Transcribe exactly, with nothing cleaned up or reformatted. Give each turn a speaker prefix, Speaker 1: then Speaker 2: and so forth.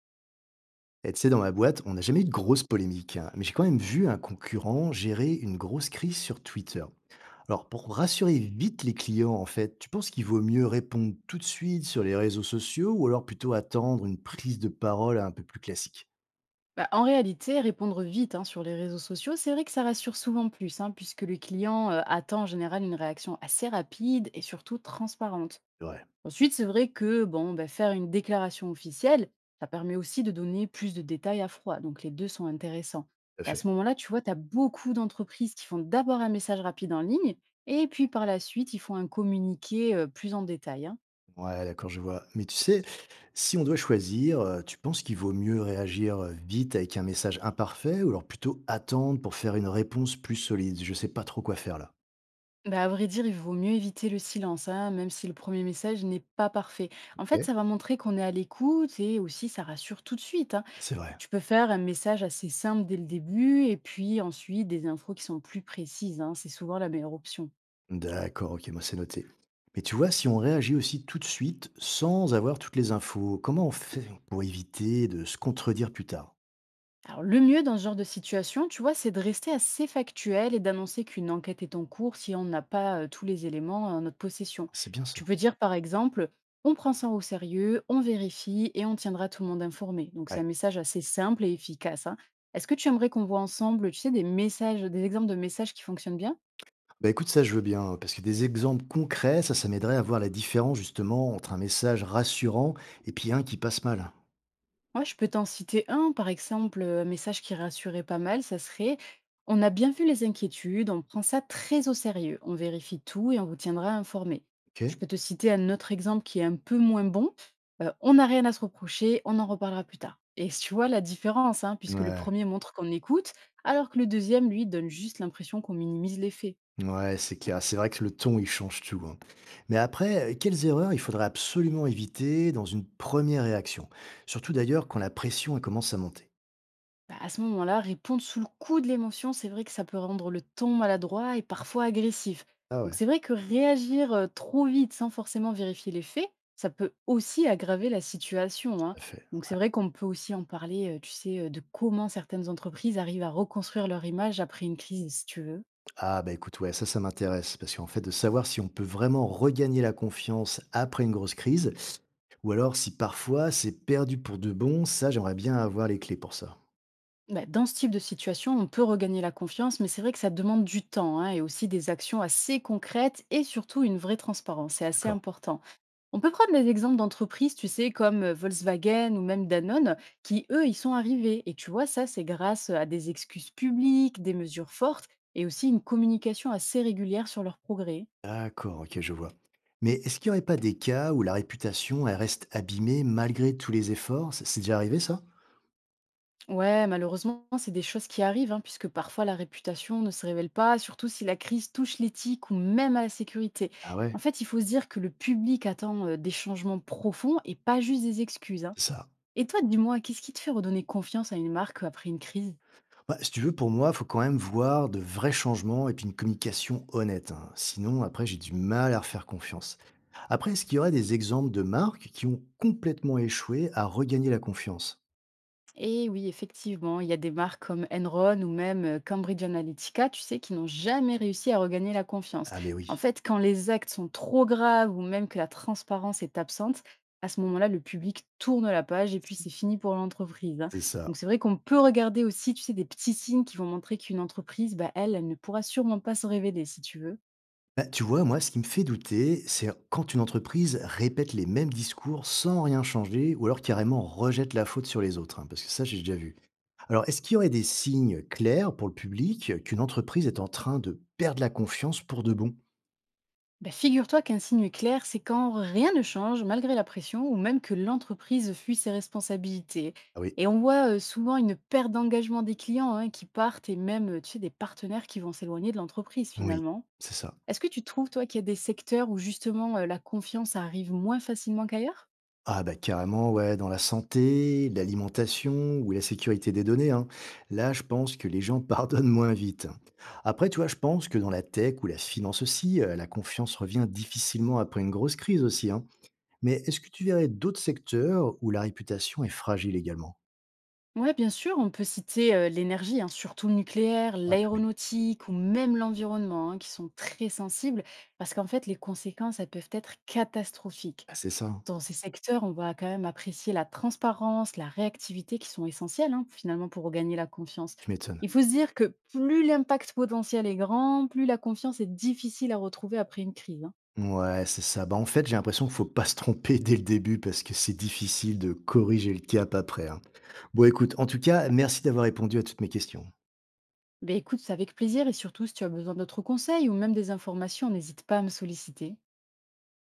Speaker 1: Et tu sais, dans ma boîte, on n'a jamais eu de grosse polémique, hein, mais j'ai quand même vu un concurrent gérer une grosse crise sur Twitter. Alors, pour rassurer vite les clients, en fait, tu penses qu'il vaut mieux répondre tout de suite sur les réseaux sociaux ou alors plutôt attendre une prise de parole un peu plus classique?
Speaker 2: Bah, en réalité, répondre vite, hein, sur les réseaux sociaux, c'est vrai que ça rassure souvent plus, hein, puisque le client euh, attend en général une réaction assez rapide et surtout transparente.
Speaker 1: Ouais,
Speaker 2: Ensuite, c'est vrai que bon, bah, faire une déclaration officielle, ça permet aussi de donner plus de détails à froid, donc les deux sont intéressants.
Speaker 1: tout à
Speaker 2: Et à ce
Speaker 1: fait.
Speaker 2: moment-là, tu vois, tu as beaucoup d'entreprises qui font d'abord un message rapide en ligne, et puis par la suite, ils font un communiqué euh, plus en détail, hein.
Speaker 1: Ouais, d'accord, je vois. Mais tu sais, si on doit choisir, euh, tu penses qu'il vaut mieux réagir euh, vite avec un message imparfait ou alors plutôt attendre pour faire une réponse plus solide? Je sais pas trop quoi faire là.
Speaker 2: Bah, à vrai dire, il vaut mieux éviter le silence, hein, même si le premier message n'est pas parfait. En fait,
Speaker 1: Ok,
Speaker 2: ça va montrer qu'on est à l'écoute et aussi ça rassure tout de suite, hein.
Speaker 1: c'est vrai.
Speaker 2: Tu peux faire un message assez simple dès le début et puis ensuite des infos qui sont plus précises, hein. C'est souvent la meilleure option.
Speaker 1: D'accord, ok, moi c'est noté. Mais tu vois, si on réagit aussi tout de suite sans avoir toutes les infos, comment on fait pour éviter de se contredire plus tard?
Speaker 2: Alors, le mieux dans ce genre de situation, tu vois, c'est de rester assez factuel et d'annoncer qu'une enquête est en cours si on n'a pas euh, tous les éléments en notre possession.
Speaker 1: C'est bien
Speaker 2: Tu
Speaker 1: ça.
Speaker 2: peux dire, par exemple, on prend ça au sérieux, on vérifie et on tiendra tout le monde informé. Donc, c'est
Speaker 1: Ouais.
Speaker 2: un message assez simple et efficace, hein. Est-ce que tu aimerais qu'on voit ensemble, tu sais, des messages, des exemples de messages qui fonctionnent bien?
Speaker 1: Bah écoute, ça je veux bien, hein, parce que des exemples concrets, ça, ça m'aiderait à voir la différence justement entre un message rassurant et puis un qui passe mal.
Speaker 2: Moi, je peux t'en citer un, par exemple, euh, un message qui rassurait pas mal, ça serait: on a bien vu les inquiétudes, on prend ça très au sérieux, on vérifie tout et on vous tiendra informé.
Speaker 1: Ok?
Speaker 2: Je peux te citer un autre exemple qui est un peu moins bon: euh, on n'a rien à se reprocher, on en reparlera plus tard. Et tu vois la différence, hein, puisque le
Speaker 1: Ouais,
Speaker 2: premier montre qu'on écoute, alors que le deuxième, lui, donne juste l'impression qu'on minimise les faits.
Speaker 1: ouais, c'est clair. C'est vrai que le ton, il change tout, hein. Mais après, euh, quelles erreurs il faudrait absolument éviter dans une première réaction? Surtout d'ailleurs quand la pression elle commence à monter.
Speaker 2: Bah, à ce moment-là, répondre sous le coup de l'émotion, c'est vrai que ça peut rendre le ton maladroit et parfois agressif.
Speaker 1: Ah
Speaker 2: Donc
Speaker 1: ouais,
Speaker 2: c'est vrai que réagir euh, trop vite sans forcément vérifier les faits, ça peut aussi aggraver la situation,
Speaker 1: tout
Speaker 2: hein.
Speaker 1: à fait.
Speaker 2: Donc c'est vrai qu'on peut aussi en parler, euh, tu sais, euh, de comment certaines entreprises arrivent à reconstruire leur image après une crise, si tu veux.
Speaker 1: Ah bah écoute, ouais, ça, ça m'intéresse, parce qu'en fait, de savoir si on peut vraiment regagner la confiance après une grosse crise, ou alors si parfois c'est perdu pour de bon, ça, j'aimerais bien avoir les clés pour ça.
Speaker 2: Bah, dans ce type de situation, on peut regagner la confiance, mais c'est vrai que ça demande du temps, hein, et aussi des actions assez concrètes et surtout une vraie transparence. C'est assez
Speaker 1: D'accord.
Speaker 2: important. On peut prendre des exemples d'entreprises, tu sais, comme euh, Volkswagen ou même Danone, qui, eux, y sont arrivés. Et tu vois, ça, c'est grâce à des excuses publiques, des mesures fortes et aussi une communication assez régulière sur leurs progrès.
Speaker 1: D'accord, ok, je vois. Mais est-ce qu'il n'y aurait pas des cas où la réputation, elle reste abîmée malgré tous les efforts? C'est c'est déjà arrivé ça?
Speaker 2: Ouais, malheureusement, c'est des choses qui arrivent, hein, puisque parfois la réputation ne se révèle pas, surtout si la crise touche l'éthique ou même à la sécurité.
Speaker 1: Ah
Speaker 2: En
Speaker 1: ouais,
Speaker 2: fait, il faut se dire que le public attend euh, des changements profonds et pas juste des excuses, hein.
Speaker 1: c'est ça.
Speaker 2: Et toi, dis-moi, qu'est-ce qui te fait redonner confiance à une marque après une crise?
Speaker 1: Bah, si tu veux, pour moi, il faut quand même voir de vrais changements et puis une communication honnête, hein. Sinon, après, j'ai du mal à refaire confiance. Après, est-ce qu'il y aurait des exemples de marques qui ont complètement échoué à regagner la confiance?
Speaker 2: Et oui, effectivement, il y a des marques comme Enron ou même euh, Cambridge Analytica, tu sais, qui n'ont jamais réussi à regagner la confiance.
Speaker 1: Ah, mais oui,
Speaker 2: En fait, quand les actes sont trop graves ou même que la transparence est absente, à ce moment-là, le public tourne la page et puis c'est fini pour l'entreprise, hein.
Speaker 1: c'est ça.
Speaker 2: Donc c'est vrai qu'on peut regarder aussi, tu sais, des petits signes qui vont montrer qu'une entreprise, bah, elle, elle ne pourra sûrement pas se révéler, si tu veux.
Speaker 1: Bah, tu vois, moi, ce qui me fait douter, c'est quand une entreprise répète les mêmes discours sans rien changer ou alors carrément rejette la faute sur les autres, hein, parce que ça, j'ai déjà vu. Alors, est-ce qu'il y aurait des signes clairs pour le public qu'une entreprise est en train de perdre la confiance pour de bon?
Speaker 2: Bah, figure-toi qu'un signe clair, c'est quand rien ne change malgré la pression ou même que l'entreprise fuit ses responsabilités.
Speaker 1: Ah oui,
Speaker 2: Et on voit euh, souvent une perte d'engagement des clients, hein, qui partent et même euh, tu sais, des partenaires qui vont s'éloigner de l'entreprise
Speaker 1: oui,
Speaker 2: finalement.
Speaker 1: c'est ça.
Speaker 2: Est-ce que tu trouves, toi, qu'il y a des secteurs où justement euh, la confiance arrive moins facilement qu'ailleurs?
Speaker 1: Ah bah carrément, ouais, dans la santé, l'alimentation ou la sécurité des données, hein. Là, je pense que les gens pardonnent moins vite. Après, tu vois, je pense que dans la tech ou la finance aussi, euh, la confiance revient difficilement après une grosse crise aussi, hein. Mais est-ce que tu verrais d'autres secteurs où la réputation est fragile également?
Speaker 2: Oui, bien sûr, on peut citer euh, l'énergie, hein, surtout le nucléaire,
Speaker 1: Ah oui,
Speaker 2: l'aéronautique ou même l'environnement, hein, qui sont très sensibles parce qu'en fait, les conséquences, elles peuvent être catastrophiques.
Speaker 1: bah c'est ça, hein.
Speaker 2: Dans ces secteurs, on va quand même apprécier la transparence, la réactivité qui sont essentielles, hein, finalement pour regagner la confiance.
Speaker 1: Tu m'étonnes.
Speaker 2: Il faut se dire que plus l'impact potentiel est grand, plus la confiance est difficile à retrouver après une crise, hein.
Speaker 1: Ouais, c'est ça. Bah en fait, j'ai l'impression qu'il faut pas se tromper dès le début parce que c'est difficile de corriger le cap après, hein. Bon, écoute, en tout cas, merci d'avoir répondu à toutes mes questions.
Speaker 2: Ben écoute, c'est avec plaisir et surtout si tu as besoin d'autres conseils ou même des informations, n'hésite pas à me solliciter.